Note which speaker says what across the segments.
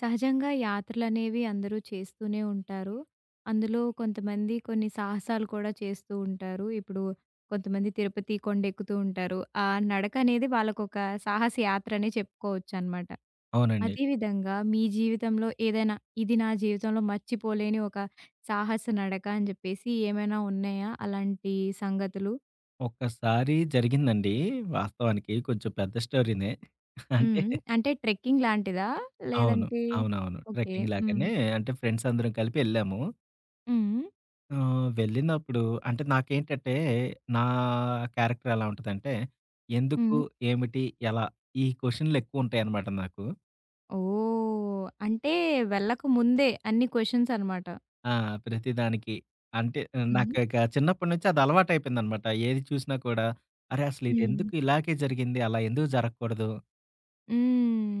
Speaker 1: సహజంగా యాత్రలనేవి అందరూ చేస్తూనే ఉంటారు. అందులో కొంతమంది కొన్ని సాహసాలు కూడా చేస్తూ ఉంటారు. ఇప్పుడు కొంతమంది తిరుపతి కొండెక్కుతూ ఉంటారు. ఆ నడకనేది వాళ్ళకొక సాహస యాత్రనే చెప్పుకోవచ్చనమాట.
Speaker 2: అవునండి.
Speaker 1: అదే విధంగా మీ జీవితంలో ఏదైనా, ఇది నా జీవితంలో మర్చిపోలేని ఒక సాహస నడక అని జెప్పేసి ఏమైనా ఉన్నాయా అలాంటి సంగతులు?
Speaker 2: ఒక్కసారి జరిగిందండి వాస్తవానికి. కొంచెం పెద్ద స్టోరీనే. అంటే
Speaker 1: హ్మ్. అంటే ట్రెక్కింగ్ లాంటిదా?
Speaker 2: అవును.
Speaker 1: లేదంటే
Speaker 2: అవునవును.
Speaker 1: ఓకే.
Speaker 2: ట్రెక్కింగ్
Speaker 1: హ్మ్.
Speaker 2: లాగానే అంటే ఫ్రెండ్స్ అందరం కలిపి ఎళ్ళాము.
Speaker 1: హ్మ్.
Speaker 2: వెళ్ళినప్పుడు అంటే నాకేంటంటే నా క్యారెక్టర్ ఎలా ఉంటదంటే, ఎందుకు,
Speaker 1: హ్మ్.
Speaker 2: ఏమిటి, ఎలా ఈ క్వెషన్‌లు ఎక్కువుంటాయన్నమాట నాకు.
Speaker 1: ఓహ్! అంటే వెళ్ళక ముందే అన్ని క్వెషన్స్ అనమాట.
Speaker 2: ఆ! ప్రతిదానికి. అంటే
Speaker 1: హ్మ్.
Speaker 2: నాకు ఇక చిన్నప్పటి నుంచి అది అలవాటయిపోయిందన్నమాట. ఏది చూసినా కూడా అరే! అసలు ఇది
Speaker 1: హ్మ్.
Speaker 2: ఎందుకు ఇలాగే జరిగింది? అలా ఎందుకు జరగకూడదు?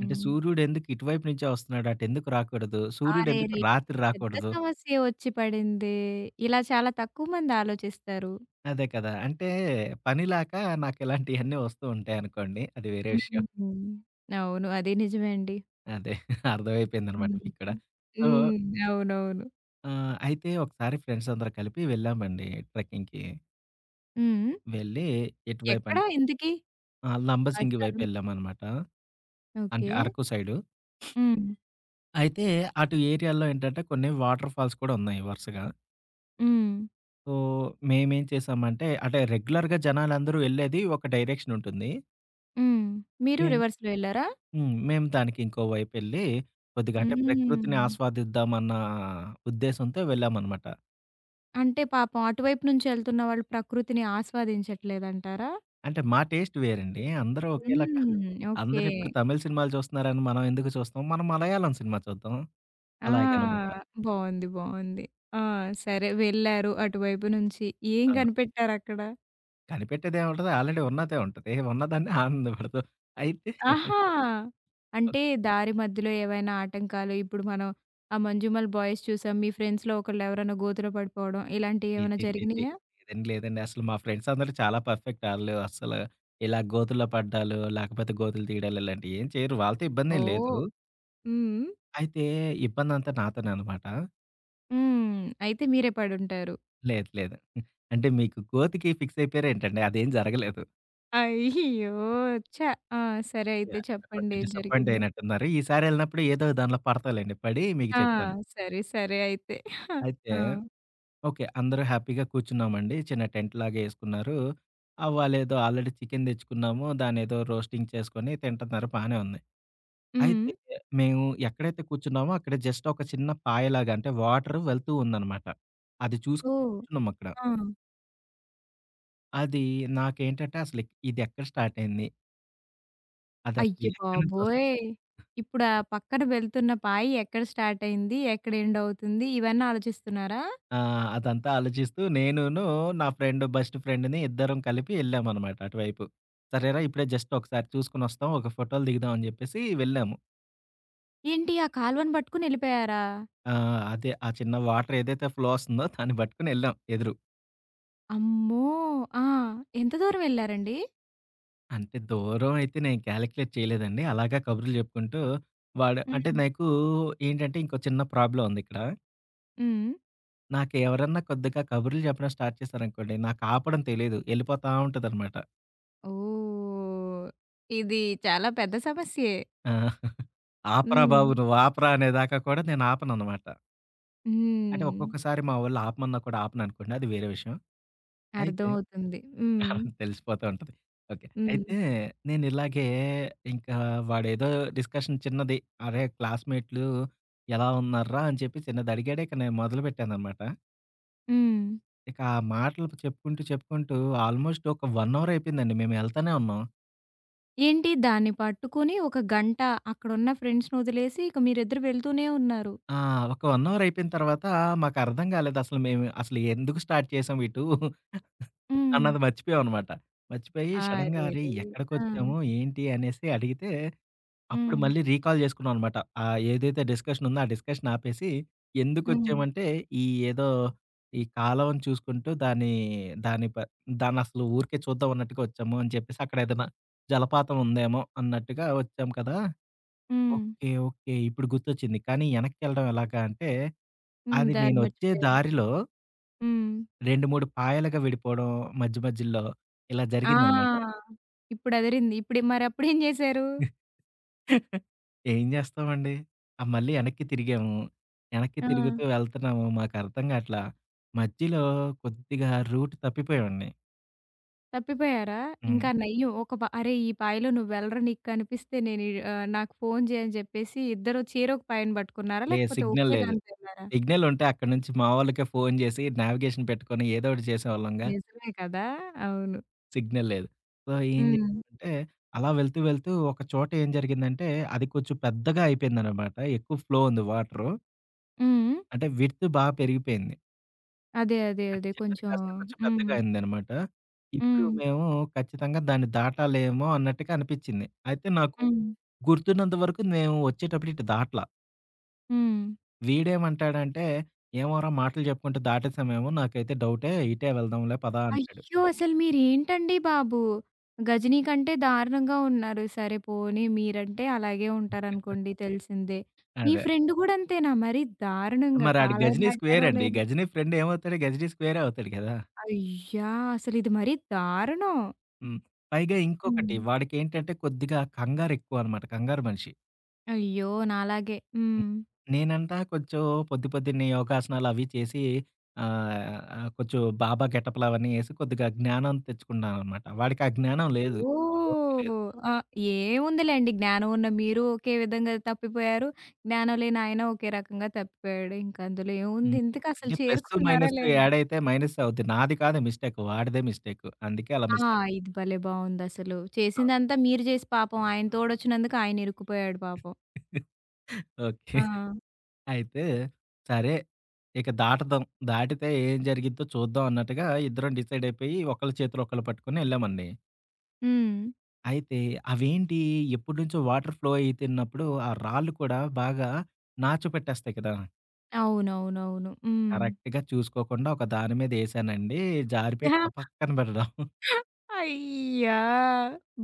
Speaker 2: అంటే సూర్యుడు ఎందుకు ఇటువైపు నుంచే వస్తున్నాడు అటెందుకు రాకూడదు? సూర్యుడు ఎందుకు
Speaker 1: అరెరే!
Speaker 2: రాత్రి
Speaker 1: పెద్ద
Speaker 2: రాకూడదు?
Speaker 1: సమస్యే వచ్చి పడిందే. ఇలా చాలా తక్కువ మంది ఆలోచిస్తారు.
Speaker 2: అదే కదా! అంటే పనిలేక నాకు ఇలాంటియన్నీ వస్తూ ఉంటాయనుకోండి. అది వేరే విషయం.
Speaker 1: హ్మ్. అవును. అది నిజమే అండి.
Speaker 2: అదే అర్థమైపోయిందనమాట
Speaker 1: హ్మ్.
Speaker 2: మీకు కూడా. సో,
Speaker 1: హ్మ్. అవునవును.
Speaker 2: అయితే ఒకసారి ఫ్రెండ్స్ అందరం కలిపి వెళ్ళామండి ట్రెక్కింగ్‌కి.
Speaker 1: హ్మ్.
Speaker 2: వెళ్ళి
Speaker 1: ఎక్కడ
Speaker 2: ఎటువైపంటే
Speaker 1: ఇంతకీ?
Speaker 2: ఆ!
Speaker 1: ఆ
Speaker 2: లంబసింగి
Speaker 1: స్థలం
Speaker 2: వైపెళ్ళామనమాట. అంటే
Speaker 1: ఓకే.
Speaker 2: అరకు సైడు.
Speaker 1: హ్మ్.
Speaker 2: అయితే అటు ఏరియాలో ఏంటంటే కొన్ని వాటర్ ఫాల్స్ కూడా ఉన్నాయి వరుసగా.
Speaker 1: హ్మ్.
Speaker 2: సో, మేమేం చేసామంటే అంటే రెగ్యులర్‌గా జనాలందరూ ఎళ్ళేది ఒక డైరెక్షన్ ఉంటుంది.
Speaker 1: హ్మ్. మీరు
Speaker 2: మేం
Speaker 1: రివర్స్‌లో ఎళ్లారా?
Speaker 2: హ్మ్. మేము దానికి ఇంకో వైపెళ్లి కొద్దిగా అంటే ప్రకృతిని
Speaker 1: హ్మ్.
Speaker 2: ఆస్వాదిద్దామన్న ఉద్దేశంతో వెళ్ళామనమాట.
Speaker 1: అంటే పాపం అటువైపు నుంచి ఎళ్తున్న వాళ్ళు ప్రకృతిని ఆస్వాదించట్లేదంటారా?
Speaker 2: అంటే మా టేస్ట్ వేరండి. అందరూ ఒకేలా కా
Speaker 1: హ్మ్. ఓకే.
Speaker 2: అందరూ ఇప్పుడు తమిళ్ సినిమాలు చూస్తున్నారని మనం ఎందుకు చూస్తాం? మనం మలయాళం సినిమా చూద్దాం.
Speaker 1: ఆ!
Speaker 2: అలాగనమాట.
Speaker 1: బావుంది. బావుంది. ఆ! సరే వెళ్లారు అటువైపు నుంచి. ఏం
Speaker 2: ఆ!
Speaker 1: కనిపెట్టారక్కడ?
Speaker 2: కనిపెట్టేదేముంటది ఆల్రెడీ ఉన్నదే ఉంటది. ఉన్నదాన్ని ఆనందపడతాం. అయితే
Speaker 1: ఆహా! అంటే దారి మధ్యలో ఏవైనా ఆటంకాలు ఇప్పుడు మనం ఆ 'మంజుమల్ బాయ్స్' చూసాం. మీ ఫ్రెండ్స్‌లో ఒకళ్ళు ఎవరైనా గోతిలో పడిపోవడం ఇలాంటివి
Speaker 2: ఛీ!
Speaker 1: ఏమైనా
Speaker 2: ఛీ! ఛీ! ఛీ!
Speaker 1: జరిగినాయా?
Speaker 2: లేదండి. లేదండి. అసలు మా ఫ్రెండ్స్ అందరూ చాలా పర్ఫెక్ట్. ఆళ్ళు అస్సలు ఇలా గోతుల్లో పడ్డాలు, లేకపోతే గోతులు తీయడాలు ఇలాంటివి ఏం చేయరు. వాళ్ళతో ఇబ్బందేం లేదు.
Speaker 1: ఓహ్! హ్మ్.
Speaker 2: అయితే ఇబ్బందంతా నాతోనే అనమాట.
Speaker 1: హ్మ్. అయితే మీరే పడుంటారు.
Speaker 2: లేదు, లేదు. అంటే మీకు గోతికి ఫిక్స్ అయిపోయారేంటండి? అదేం జరగలేదు.
Speaker 1: అయ్యో! ఛ! ఆ! సరే అయితే
Speaker 2: యాహ్!
Speaker 1: చెప్పండి
Speaker 2: కొంచెం
Speaker 1: ఏం
Speaker 2: డిసప్పాయింట్
Speaker 1: జరిగిందో?
Speaker 2: అయినట్టున్నారు. ఈసారి ఎళ్ళినప్పుడు ఏదో దానిలో పడతాలెండి. పడి మీకు
Speaker 1: ఆ!
Speaker 2: చెప్తాను.
Speaker 1: సరే, సరే అయితే.
Speaker 2: అయితే
Speaker 1: ఆ!
Speaker 2: ఓకే. అందరూ హ్యాపీగా కూర్చున్నామండి. చిన్న టెంట్‌లాగా ఏసుకున్నారు. ఆ! వాళ్ళేదో ఆల్రెడీ చికెన్ తెచ్చుకున్నాము. దాన్నేదో రోస్టింగ్ చేసుకొని తింటున్నారు బానే ఉంది.
Speaker 1: హ్మ్.
Speaker 2: అయితే మేము ఎక్కడైతే కూర్చున్నామో అక్కడ జస్ట్ ఒక చిన్న పాయలాగా అంటే వాటర్ వెళ్తూ ఉందనమాట. అది చూసుకొని
Speaker 1: ఓహ్!
Speaker 2: కూర్చున్నాం అక్కడ.
Speaker 1: ఆ!
Speaker 2: అది నాకేంటంటే అసలు ఇది ఎక్కడ స్టార్ట్ అయింది? అదసలు
Speaker 1: అయ్య
Speaker 2: ఎక్కడి నుంచి
Speaker 1: బాబోయ్!
Speaker 2: వస్తుంది?
Speaker 1: ఇప్పుడు ఆ పక్కన వెళ్తున్న పాయి ఎక్కడ స్టార్ట్ అయింది? ఎక్కడ ఎండ్ అవుతుంది? ఇవన్నీ ఆలోచిస్తున్నారా?
Speaker 2: ఆ! అదంతా ఆలోచిస్తూ నేనును నా ఫ్రెండ్ బెస్ట్ ఫ్రెండ్‌ని ఇద్దరం కలిపి ఎళ్ళామనమాట అటువైపు. సరేరా ఇప్పుడే జస్ట్ ఒకసారి చూసుకొనొస్తాం. ఒక ఫోటోలు దిగుదాం అని జెప్పేసి వెళ్ళాము.
Speaker 1: ఏంటి ఆ కాలువను పట్టుకొని ఎళ్ళిపోయారా?
Speaker 2: ఆ! అదే ఆ చిన్న వాటర్ ఏదైతే ఫ్లో వస్తుందో దాన్ని పట్టుకొని ఎళ్ళాం ఎదురు.
Speaker 1: అమ్మో! ఆ! ఎంత దూరం వెళ్లారండి?
Speaker 2: అంటే దూరం అయితే నేను కాలిక్యులేట్ చేయలేదండి. అలాగా కబుర్లు చెప్పుకుంటూ వాడు అంటే
Speaker 1: హ్మ్.
Speaker 2: నాకు ఏంటంటే ఇంకో చిన్న ప్రాబ్లమ్ ఉంది ఇక్కడ.
Speaker 1: హ్మ్.
Speaker 2: నాకెవరన్నా కొద్దిగా కబుర్లు చెప్పడం స్టార్ట్ చేశారనుకోండి, నాకు ఆపడం తెలీదు. ఎళ్ళిపోతా ఉంటదనమాట.
Speaker 1: ఓహ్! ఇది చాలా పెద్ద సమస్యే.
Speaker 2: ఆ! "ఆపరా
Speaker 1: హ్మ్.
Speaker 2: బాబు నువ్వు ఆపరా" అనేదాకా కూడా నేను ఆపననమాట. అంటే
Speaker 1: హ్మ్.
Speaker 2: ఒక్కొక్కసారి మా వోళ్ళు ఆపమన్నా కూడా ఆపననుకోండి అది వేరే విషయం. అయితే
Speaker 1: అర్థమవుతుంది. హ్మ్.
Speaker 2: అలా తెలిసిపోతూ ఉంటది. ఓకే.
Speaker 1: హ్మ్.
Speaker 2: అయితే నేనిలాగే ఇంకా వాడేదో డిస్కషన్ చిన్నది, "అరే! క్లాస్‌మేట్లు ఎలా ఉన్నార్రా?" అని చెప్పి చిన్నదడిగాడు. ఇక నేను మొదలుపెట్టాననమాట.
Speaker 1: హ్మ్.
Speaker 2: ఇక ఆ మాటలు చెప్పుకుంటూ, చెప్పుకుంటూ ఆల్మోస్ట్ ఒక 1 అవర్ అయిపోయిందండి. మేము ఎళ్తానే ఉన్నాం.
Speaker 1: ఏంటి దాన్ని పట్టుకొని ఒక గంట అక్కడున్న ఫ్రెండ్స్‌నొదిలేసి ఇక మీరిద్దరు వెళ్తూనే ఉన్నారు.
Speaker 2: ఆ! ఒక 1 అవర్ అయిపోయిన తర్వాత మాకర్థం కాలేదు. అసలు మేము ఎందుకు స్టార్ట్ చేసాం ఇటు
Speaker 1: హ్మ్.
Speaker 2: అన్నది మర్చిపోయామనమాట. మర్చిపోయి సడెన్‌గా అరేయ్!
Speaker 1: అరెరే! ఆ!
Speaker 2: ఎక్కడికొచ్చాము? ఏంటి? అనేసి అడిగితే అప్పుడు
Speaker 1: హ్మ్.
Speaker 2: మళ్ళీ రీకాల్ జేసుకున్నామనమాట. ఏదైతే డిస్కషన్ ఉందో, ఆ డిస్కషన్ ఆపేసి
Speaker 1: హ్మ్.
Speaker 2: ఎందుకొచ్చామంటే, ఈ ఏదో ఈ కాలవను చూసుకుంటూ దాన్ని, దాని ప దాన్నసలు ఊరికే చూద్దాం అన్నట్టుగా వచ్చాము అని చెప్పేసి, అక్కడ ఏదైనా జలపాతం ఉందేమో అన్నట్టుగా వచ్చాం కదా!
Speaker 1: హ్మ్.
Speaker 2: ఓకే. ఓకే. ఇప్పుడు గుర్తొచ్చింది. కానీ యెనక్కెళ్ళడం ఎలాగా అంటే,
Speaker 1: హ్మ్.
Speaker 2: అది
Speaker 1: దారి
Speaker 2: నేనొచ్చే
Speaker 1: మర్చిపోయారు.
Speaker 2: దారిలో
Speaker 1: హ్మ్.
Speaker 2: 2, 3 పాయలుగా విడిపోవడం మధ్య మధ్యలో ఇలా
Speaker 1: ఆ!
Speaker 2: జరిగిందనమాట.
Speaker 1: ఇప్పుడు అదిరింది. ఇప్పుడు మరప్పుడేం జేశారు?
Speaker 2: ఏం జేస్తామండి? ఆ! మళ్ళీ ఎనక్కి తిరిగాము. ఎనక్కి
Speaker 1: ఆ!
Speaker 2: తిరుగుతూ వెళ్తున్నాము. మాకర్థం గాట్లా. మధ్యలో కొద్దిగా రూట్ తప్పిపోయామండి.
Speaker 1: తప్పిపోయారా?
Speaker 2: హ్మ్.
Speaker 1: ఇంకా నయ్యం ఒక పా "అరే! ఈ పాయలో నువ్వెళ్ళరా నీకు కనిపిస్తే నేను ఈ నాకు ఫోను జేయి" అని జెప్పేసి ఇద్దరు చేరొక పాయను బట్టుకున్నారా?
Speaker 2: లేదు
Speaker 1: లేకపోతే
Speaker 2: సిగ్నల్
Speaker 1: ఒకే
Speaker 2: లేదు.
Speaker 1: దానితో ఎళ్లారా?
Speaker 2: సిగ్నల్ ఉంటే అక్కడి నుంచి మా వాళ్ళకే ఫోను జేసి నావిగేషన్ పెట్టుకొని ఏదో ఒకటి చేసేవాళ్ళంగా
Speaker 1: నిజమే కదా! అవును.
Speaker 2: సిగ్నల్ లేదు. సో, ఏం
Speaker 1: హ్మ్.
Speaker 2: జేసామంటే అలా వెళ్తూ, వెళ్తూ ఒక చోట ఏం జరిగిందంటే అది కొంచెం పెద్దగా అయిపోయిందనమాట. ఎక్కువ ఫ్లో ఉంది వాటరు.
Speaker 1: హ్మ్.
Speaker 2: అంటే విడ్త్ బా పెరిగిపోయింది.
Speaker 1: అదే. అదే.
Speaker 2: అంటే
Speaker 1: అదే.
Speaker 2: చిన్నది
Speaker 1: కొంచెం
Speaker 2: కాస్త కొంచెం
Speaker 1: హ్మ్.
Speaker 2: పెద్దగా అయిందనమాట. ఇప్పుడు
Speaker 1: హ్మ్.
Speaker 2: మేము ఖచ్చితంగా దాన్ని దాటాలేమో అన్నట్టుగా అనిపిచ్చింది. అయితే నాకు
Speaker 1: హ్మ్.
Speaker 2: గుర్తున్నంత వరకు మేము వచ్చేటప్పుడు ఇటు దాటలా.
Speaker 1: హ్మ్.
Speaker 2: వీడేమంటాడంటే, "ఏమోరా! మాటలు చెప్పుకుంటూ దాటేసామేమో! నాకైతే డౌటే. ఇటే వెళ్దాంలే పదా" అంటాడు.
Speaker 1: అయ్యో! అసలు మీరేంటండి బాబు! గజినీ కంటే దారుణంగా ఉన్నారు. సరే పోనీ మీరంటే అలాగే ఉంటారనుకోండి తెలిసిందే. మీ
Speaker 2: అదే.
Speaker 1: ఫ్రెండ్ గూడా అంతేనా మరి దారుణంగా
Speaker 2: మరి ఆడు
Speaker 1: కాలువ
Speaker 2: గజనీ స్క్వేర్
Speaker 1: దాటారో
Speaker 2: అండి.
Speaker 1: లేదో?
Speaker 2: గజనీ ఫ్రెండ్ ఏమవుతాడు? గజనీ స్క్వేరే అవుతాడు కదా!
Speaker 1: అయ్యా! అసలిది మరీ దారుణం.
Speaker 2: హ్మ్. పైగా ఇంకొకటి
Speaker 1: హ్మ్.
Speaker 2: వాడికేంటంటే కొద్దిగా కంగారెక్కువనమాట. కంగారు మనిషి.
Speaker 1: అయ్యో! నాలాగే.
Speaker 2: హ్మ్.
Speaker 1: హ్మ్.
Speaker 2: నేనంట కొంచెం పొద్దు పొద్దున్నే యోగాసనాలవి చేసి ఆహ్, ఆహ్, కొంచెం బాబా గెటప్‌లవన్నీ ఏసి కొద్దిగా జ్ఞానం తెచ్చుకున్నాననమాట. వాడికి ఆ జ్ఞానం లేదు. కొంచెం ఓపిక
Speaker 1: ఓహ్!
Speaker 2: లేదు.
Speaker 1: ఆ! ఏముందిలెండి. జ్ఞానం ఉన్న మీరు ఒకే విధంగా తప్పిపోయారు. జ్ఞానం లేని ఆయన ఒకే రకంగా తప్పిపోయాడు. ఇంక అందులో ఏముంది?
Speaker 2: హ్మ్.
Speaker 1: ఇంతకసలు
Speaker 2: అంటే ప్లస్సు,
Speaker 1: చేరుకున్నారా
Speaker 2: మైనస్సు
Speaker 1: లేదా?
Speaker 2: యాడ్ అయితే మైనస్సే అవుద్ది. నాది కాదు మిస్టేక్. వాడిదే మిస్టేకు. అందుకే అలా
Speaker 1: ఆ!
Speaker 2: మిస్టేక్.
Speaker 1: ఇది భలే బావుందసలు. చేసిందంతా మీరు చేసి పాపం ఆయన తోడొచ్చినందుకు ఆయన ఇరుక్కుపోయాడు పాపం.
Speaker 2: ఓకే.
Speaker 1: ఆ!
Speaker 2: అయితే సరే ఇక దాటుదాం. దాటితే ఏం జరిగిద్దో చూద్దాం అన్నట్టుగా ఇద్దరం డిసైడయిపోయి ఒకళ్ళ చేతులు ఒకళ్ళు పట్టుకొని ఎళ్ళామండి.
Speaker 1: హ్మ్.
Speaker 2: అయితే అవేంటి ఎప్పటినుంచో వాటర్ ఫ్లో అయితున్నప్పుడు, ఆ రాళ్ళు కూడా బాగా నాచు పెట్టేస్తాయి కదా!
Speaker 1: అవునవునవును. హ్మ్.
Speaker 2: కరెక్ట్‌గా చూసుకోకుండా ఒక దాని మీద ఏసానండి. జారిపోయి టపక్కన పడడం.
Speaker 1: అయ్యా!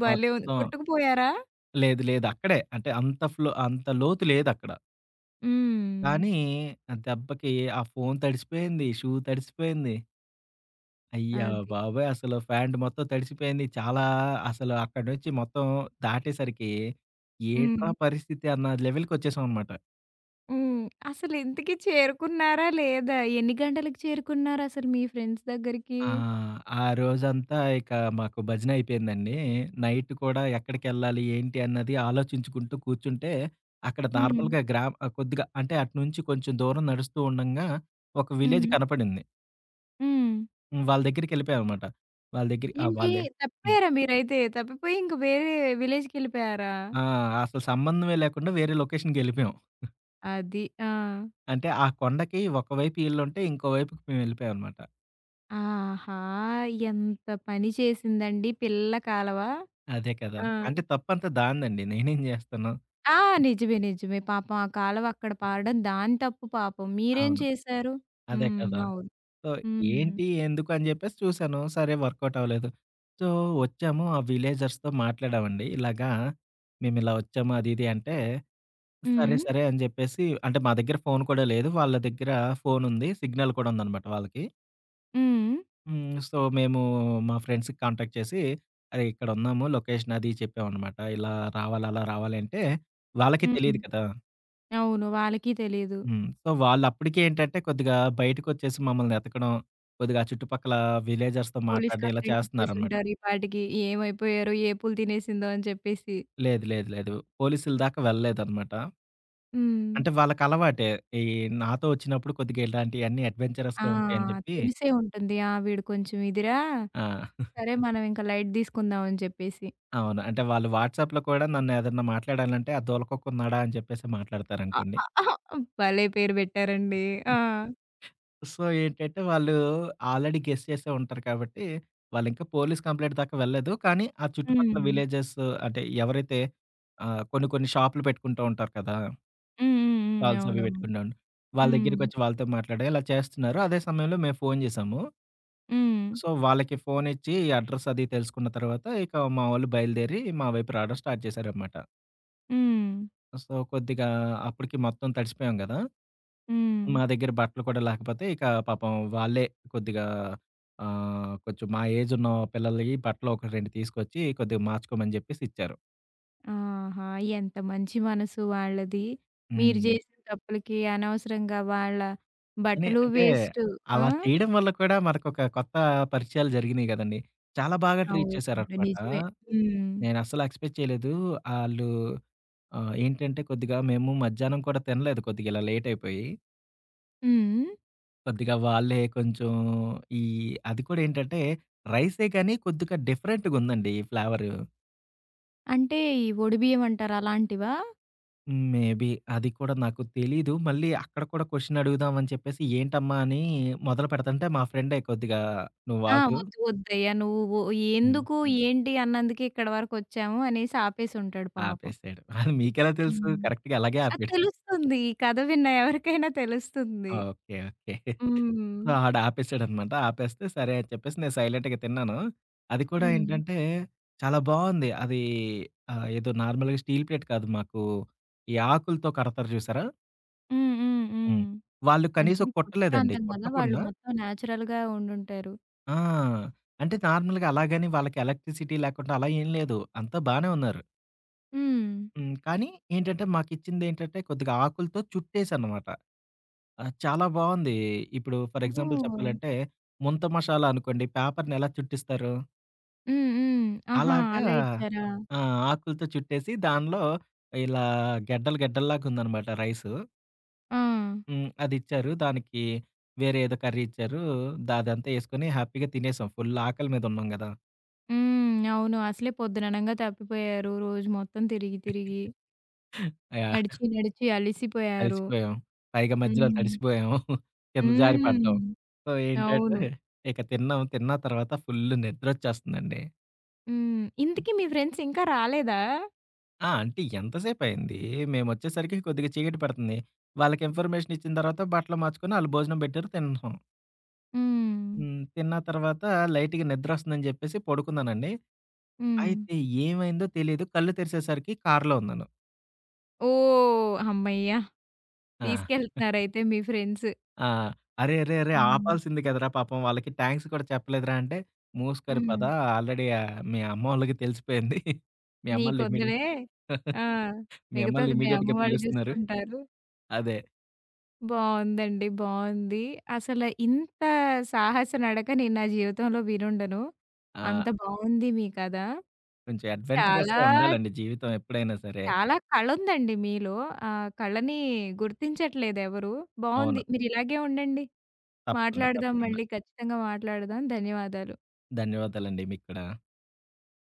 Speaker 1: భలే ఉంది.
Speaker 2: మొత్తం
Speaker 1: కొట్టుకుపోయారా?
Speaker 2: లేదు, లేదు. అక్కడే అంటే అంత ఫ్లో అంత లోతు లేదక్కడ.
Speaker 1: హ్మ్.
Speaker 2: కానీ ఆ దెబ్బకి ఆ ఫోను తడిసిపోయింది. షూ తడిసిపోయింది. అయ్య
Speaker 1: అది.
Speaker 2: బాబోయ్! అసలు ప్యాంట్ మొత్తం తడిసిపోయింది. చాలా అసలు అక్కడి నుంచి మొత్తం దాటేసరికి
Speaker 1: హ్మ్.
Speaker 2: ఏంట్రా పరిస్థితి అన్న లెవెల్‌కొచ్చేసామనమాట.
Speaker 1: హ్మ్. అసలు ఇంతకి చేరుకున్నారా లేదా? ఎన్ని గంటలకు చేరుకున్నారసలు మీ ఫ్రెండ్స్ దగ్గరికి?
Speaker 2: ఆ! ఆ రోజంతా ఇక మాకు భజన అయిపోయిందండి. నైట్ కూడా ఎక్కడికెళ్ళాలి, ఏంటి అన్నది ఆలోచించుకుంటూ కూర్చుంటే, అక్కడ
Speaker 1: హ్మ్.
Speaker 2: నార్మల్‌గా గ్రా కొద్దిగా అంటే అటు నుంచి కొంచెం దూరం నడుస్తూ ఉండంగా ఒక విలేజ్
Speaker 1: హ్మ్.
Speaker 2: కనపడింది.
Speaker 1: హ్మ్.
Speaker 2: హ్మ్. వాళ్ళ దగ్గరికెళ్ళిపోయామనమాట. వాళ్ళ దగ్గర ఆ!
Speaker 1: ఏంటి
Speaker 2: వాళ్ళే హ్మ్.
Speaker 1: తప్పిపోయారా మీరైతే? తప్పిపోయి ఇంక వేరే విలేజ్‌కెళ్ళిపోయారా?
Speaker 2: ఆ! అసలు సంబంధమే లేకుండా వేరే లొకేషన్‌కెళ్ళిపోయాం.
Speaker 1: అది. ఆ!
Speaker 2: అంటే ఆ కొండకి ఒకవైపు ఈళ్ళుంటే, ఇంకోవైపుకి మేమెళ్ళిపోయామనమాట.
Speaker 1: ఆహా! ఎంత పని చేసిందండి పిల్ల కాలవ.
Speaker 2: అదే కదా!
Speaker 1: ఆ!
Speaker 2: అంటే తప్పంతా దానిదండి. నేనేం జేస్తాను?
Speaker 1: ఆ! నిజమే. నిజమే. పాపం ఆ కాలవ అక్కడ పాడడం దాని తప్పు పాపం. మీరేం
Speaker 2: అవును.
Speaker 1: చేశారు?
Speaker 2: అదే
Speaker 1: హ్మ్.
Speaker 2: కదా!
Speaker 1: అవును.
Speaker 2: సో,
Speaker 1: హ్మ్.
Speaker 2: ఏంటి? ఎందుకు? అని జెప్పేసి చూసాను. సరే వర్కౌట్ అవ్వలేదు. సో, వచ్చాము ఆ విలేజర్స్‌తో మాట్లాడామండి. ఇలాగా మేమిలా వచ్చాము అది ఇది అంటే, సరే,
Speaker 1: హ్మ్.
Speaker 2: సరే అని జెప్పేసి అంటే మా దగ్గర ఫోన్ కూడా లేదు. వాళ్ళ దగ్గర ఫోనుంది. సిగ్నల్ కూడా ఉందనమాట వాళ్ళకి.
Speaker 1: హ్మ్.
Speaker 2: హ్మ్. సో, మేము మా ఫ్రెండ్స్‌కి కాంటాక్ట్ చేసి, "అరే! ఇక్కడున్నాము లొకేషన్" అది చెప్పామనమాట. ఇలా రావాలి, అలా రావాలి అంటే వాళ్ళకి
Speaker 1: హ్మ్.
Speaker 2: తెలీదు కదా!
Speaker 1: అవును. వాళ్ళకి తెలీదు.
Speaker 2: హ్మ్. సో, వాళ్ళప్పటికే ఏంటంటే, కొద్దిగా బయటకొచ్చేసి మమ్మల్ని ఎతకడం, కొద్దిగా ఆ చుట్టుపక్కల విలేజర్స్‌తో
Speaker 1: పోలీస్
Speaker 2: మాట్లాడడం ఇలా
Speaker 1: కంప్లెయింట్
Speaker 2: చేస్తన్నారనమాట.
Speaker 1: ఇచ్చేసుంటారు ఈ పాటికి. ఏమైపోయారో, ఏ పులి తినేసిందో అని చెప్పేసి.
Speaker 2: లేదు, లేదు, లేదు. పోలీసుల దాకా వెళ్ళలేదనమాట.
Speaker 1: హ్మ్.
Speaker 2: అంటే వాళ్ళకలవాటే. ఈ నాతో వచ్చినప్పుడు కొద్దిగా ఇలాంటియన్నీ
Speaker 1: ఆ!
Speaker 2: అడ్వెంచరస్‌గా ఉంటాయని జెప్పి
Speaker 1: తెలిసే ఉంటుంది. ఆ! వీడు కొంచెం ఇదిరా,
Speaker 2: ఆ!
Speaker 1: సరే మనం ఇంక లైట్ తీసుకుందాం అని చెప్పేసి.
Speaker 2: అవును. అంటే వాళ్ళు వాట్సాప్‌లో కూడా నన్నేదన్నా మాట్లాడాలంటే, ఆ దూలకొక్కున్నాడా అని చెప్పేసి
Speaker 1: అ
Speaker 2: మాట్లాడతారనుకోండి.
Speaker 1: అ అహా! భలే పేరు పెట్టారండి. ఆ!
Speaker 2: సో, ఏంటంటే వాళ్ళు ఆల్రెడీ గెస్ చేసే ఉంటారు కాబట్టి, వాళ్ళింకా పోలీస్ కంప్లెయింట్ దాకా వెళ్ళలేదు. కానీ, ఆ చుట్టుపక్కల
Speaker 1: హ్మ్.
Speaker 2: విలేజెస్ అంటే ఎవరైతే కొన్ని కొన్ని షాపులు పెట్టుకుంటూ ఉంటారు కదా!
Speaker 1: హ్మ్. హ్మ్. హ్మ్.
Speaker 2: స్టాల్స్ అవి
Speaker 1: అవునవును.
Speaker 2: పెట్టుకుంటా ఉండి. వాళ్ళ
Speaker 1: హ్మ్.
Speaker 2: దగ్గరికొచ్చి వాళ్ళతో మాట్లాడి ఇలా చేస్తున్నారు. అదే సమయంలో మేము ఫోను జేశాము.
Speaker 1: హ్మ్.
Speaker 2: సో, వాళ్ళకి ఫోనిచ్చి అడ్రస్ అది తెలుసుకున్న తర్వాత ఇక మా వోళ్ళు బయలుదేరి మా వైపు రావడం స్టార్ట్ చేశారనమాట.
Speaker 1: హ్మ్.
Speaker 2: సో, కొద్దిగా అప్పటికి మొత్తం తడిసిపోయాం గదా!
Speaker 1: హ్మ్.
Speaker 2: మా దగ్గర బట్టలు కూడా లేకపోతే ఇక పాపం వాళ్ళే కొద్దిగా కొంచెం మా ఏజ్ ఉన్న పిల్లలయి బట్టలు ఒక 2 తీసుకొచ్చి కొద్దిగా మార్చుకోమని జెప్పేసి ఇచ్చారు.
Speaker 1: ఆహా! ఎంత మంచి మనసు వాళ్ళది. మీరు
Speaker 2: హ్మ్.
Speaker 1: చేసిన తప్పులకి అనవసరంగా వాళ్ళ
Speaker 2: కానీ
Speaker 1: బట్టలు
Speaker 2: అంటే
Speaker 1: వేస్టు. ఆ!
Speaker 2: అలా చేయడం వల్ల కూడా మనకొక కొత్త పరిచయాలు జరిగినియి గదండీ. చాలా బాగా ట్రీట్
Speaker 1: అవునవును.
Speaker 2: చేశారనమాట.
Speaker 1: నిజమే. హ్మ్.
Speaker 2: నేనస్సలు ఎక్స్‌పెక్ట్ చేయలేదు. ఆళ్ళు ఏంటంటే కొద్దిగా మేము మధ్యాహ్నం కూడా తినలేదు కొద్దిగా ఇలా లేట్ అయిపోయి.
Speaker 1: హ్మ్.
Speaker 2: కొద్దిగా వాళ్ళే కొంచెం ఈ అది కూడా ఏంటంటే రైసే కానీ కొద్దిగా డిఫరెంట్‌గుందండి ఫ్లేవరు.
Speaker 1: అంటే ఈ ఒడిబియ్యం అంటారు అలాంటివా?
Speaker 2: హ్మ్. మేబీ. అది కూడా నాకు తెలీదు. మళ్ళీ అక్కడ కూడా క్వెషన్ అడుగుదాం అని చెప్పేసి, ఏంటమ్మా అని మొదలు పెడుతుంటే మా ఫ్రెండే కొద్దిగా
Speaker 1: ఆ!
Speaker 2: నువ్వాగు
Speaker 1: వద్దు వద్దయ్యా నువ్వు
Speaker 2: హ్మ్.
Speaker 1: ఎందుకు, ఏంటి అన్నందుకే ఇక్కడి వరకొచ్చాము అనేసి ఆపేసుంటాడు పాపం.
Speaker 2: ఆపేసాడు. అది మీకెలా తెలుసు?
Speaker 1: హ్మ్.
Speaker 2: కరెక్ట్‌గా అలాగే
Speaker 1: అది
Speaker 2: ఆపాడు.
Speaker 1: తెలుస్తుంది. ఈ కథ విన్న ఎవరికైనా తెలుస్తుంది.
Speaker 2: ఓకే. ఓకే.
Speaker 1: హ్మ్.
Speaker 2: సో, ఆడు ఆపేసాడనమాట. ఆపేస్తే సరే అని చెప్పేసి నేను సైలెంట్‌గా తిన్నాను. అది కూడా
Speaker 1: హ్మ్.
Speaker 2: ఏంటంటే చాలా బావుంది. అది ఏదో నార్మల్‌గా స్టీల్ ప్లేట్ కాదు. మాకు ఈ ఆకులతో కడతారు చూసారా?
Speaker 1: హ్మ్. హ్మ్.
Speaker 2: హ్మ్.
Speaker 1: హ్మ్.
Speaker 2: వాళ్ళు
Speaker 1: అంటే
Speaker 2: కనీసం
Speaker 1: ఇది కొండ
Speaker 2: కొట్టలేదండి.
Speaker 1: ప్రాంతం కదా! వాళ్ళు
Speaker 2: కొట్టకుండా
Speaker 1: మొత్తం నేచురల్‌గా ఉండుంటారు.
Speaker 2: ఆ! అంటే నార్మల్‌గా అలాగని వాళ్ళకి ఎలక్ట్రిసిటీ లేకుండా అలా ఏం లేదు. అంతా బానే ఉన్నారు.
Speaker 1: హ్మ్.
Speaker 2: హ్మ్. కానీ ఏంటంటే మాకిచ్చిందేంటంటే కొద్దిగా ఆకులతో చుట్టేసనమాట. చాలా బావుంది. ఇప్పుడు ఫర్ ఎగ్జాంపుల్
Speaker 1: ఓహ్!
Speaker 2: చెప్పాలంటే ముంత మషాలా అనుకోండి పేపర్‌ని ఎలా చుట్టిస్తారు?
Speaker 1: హ్మ్. హ్మ్. ఆహా!
Speaker 2: అలాగా
Speaker 1: అలా ఇచ్చారా?
Speaker 2: ఆ! ఆకులతో చుట్టేసి దానిలో ఇలా గెడ్డలు గెడ్డల్లాగుందనమాట రైసు.
Speaker 1: ఆ!
Speaker 2: హ్మ్. అదిచ్చారు. దానికి వేరే ఏదో కర్రీ ఇచ్చారు. ద అదంతా యేసుకొని హ్యాపీగా తినేసాం. ఫుల్ ఆకలి మీద ఉన్నాం గదా!
Speaker 1: హ్మ్. అవును. అసలే పొద్దుననంగా తప్పిపోయారు. రోజు మొత్తం తిరిగి తిరిగి,
Speaker 2: ఆ!
Speaker 1: నడిచి నడిచి అలిసిపోయారు.
Speaker 2: తడిసిపోయాం. పైగా మధ్యలో
Speaker 1: హ్మ్.
Speaker 2: తడిసిపోయాము. కింద జారి
Speaker 1: హ్మ్.
Speaker 2: పడ్డాం. సో, ఏంటంటే
Speaker 1: అవును.
Speaker 2: ఇక తిన్నాం. తిన్న తర్వాత ఫుల్ నిద్రొచ్చేస్తుందండి.
Speaker 1: హ్మ్. ఇంతకీ మీ ఫ్రెండ్స్ ఇంకా రాలేదా?
Speaker 2: ఆ! అంటే ఎంతసేపయింది, మేమొచ్చేసరికి కొద్దిగా చీకటి పడుతుంది. వాళ్ళకి ఇన్ఫర్మేషన్ ఇచ్చిన తర్వాత బట్టలు మార్చుకొని ఆళ్ళు భోజనం పెట్టారు తిన్నాం.
Speaker 1: హ్మ్.
Speaker 2: హ్మ్. తిన్న తర్వాత లైట్‌గా నిద్రొస్తుందని చెప్పేసి పడుకున్నానండి.
Speaker 1: హ్మ్.
Speaker 2: అయితే ఏమైందో తెలీదు. కళ్ళు తెరిసేసరికి కార్‌లో ఉన్నాను.
Speaker 1: ఓహ్! హమ్మయ్య!
Speaker 2: ఆ!
Speaker 1: తీసుకెళ్తున్నారయితే మీ ఫ్రెండ్స్.
Speaker 2: ఆ! "అరే! అరే! అరే!
Speaker 1: హ్మ్.
Speaker 2: ఆపాల్సింది కదరా పాపం వాళ్ళకి థాంక్స్ కూడా చెప్పలేదురా" అంటే, "మూసుకొని
Speaker 1: హ్మ్.
Speaker 2: పద ఆల్రెడీ మీ అమ్మోళ్ళకి తెలిసిపోయింది. మీ అమ్మోళ్ళు
Speaker 1: నీకొద్దులే.
Speaker 2: ఇమ్మీడియేట్
Speaker 1: ఆ!
Speaker 2: మీ అమ్మోళ్ళు
Speaker 1: మిగతాది మీ అమ్మ
Speaker 2: ఇమ్మీడియేట్‌గా
Speaker 1: వాళ్ళు
Speaker 2: పిలుస్తున్నారు."
Speaker 1: చూసుకుంటారు.
Speaker 2: అదే.
Speaker 1: బావుందండి. బావుంది. అసల ఇంత సాహస నడక నేను నా జీవితంలో వినుండను.
Speaker 2: ఆ!
Speaker 1: అంత బావుంది మీ కథ.
Speaker 2: కొంచెం
Speaker 1: చాలా,
Speaker 2: అడ్వెంచరస్‌గా ఉండాలండి జీవితం ఎప్పుడైనా సరే.
Speaker 1: చాలా కళుందండి మీలో. ఆ కళని గుర్తించట్లేదెవరు. బావుంది.
Speaker 2: అవును.
Speaker 1: మీరిలాగే ఉండండి.
Speaker 2: తప్పకుండా.
Speaker 1: మాట్లాడదాం
Speaker 2: తప్పకుండా.
Speaker 1: మళ్ళీ ఖచ్చితంగా మాట్లాడదాం. ధన్యవాదాలు.
Speaker 2: ధన్యవాదాలండి మీకు కూడా.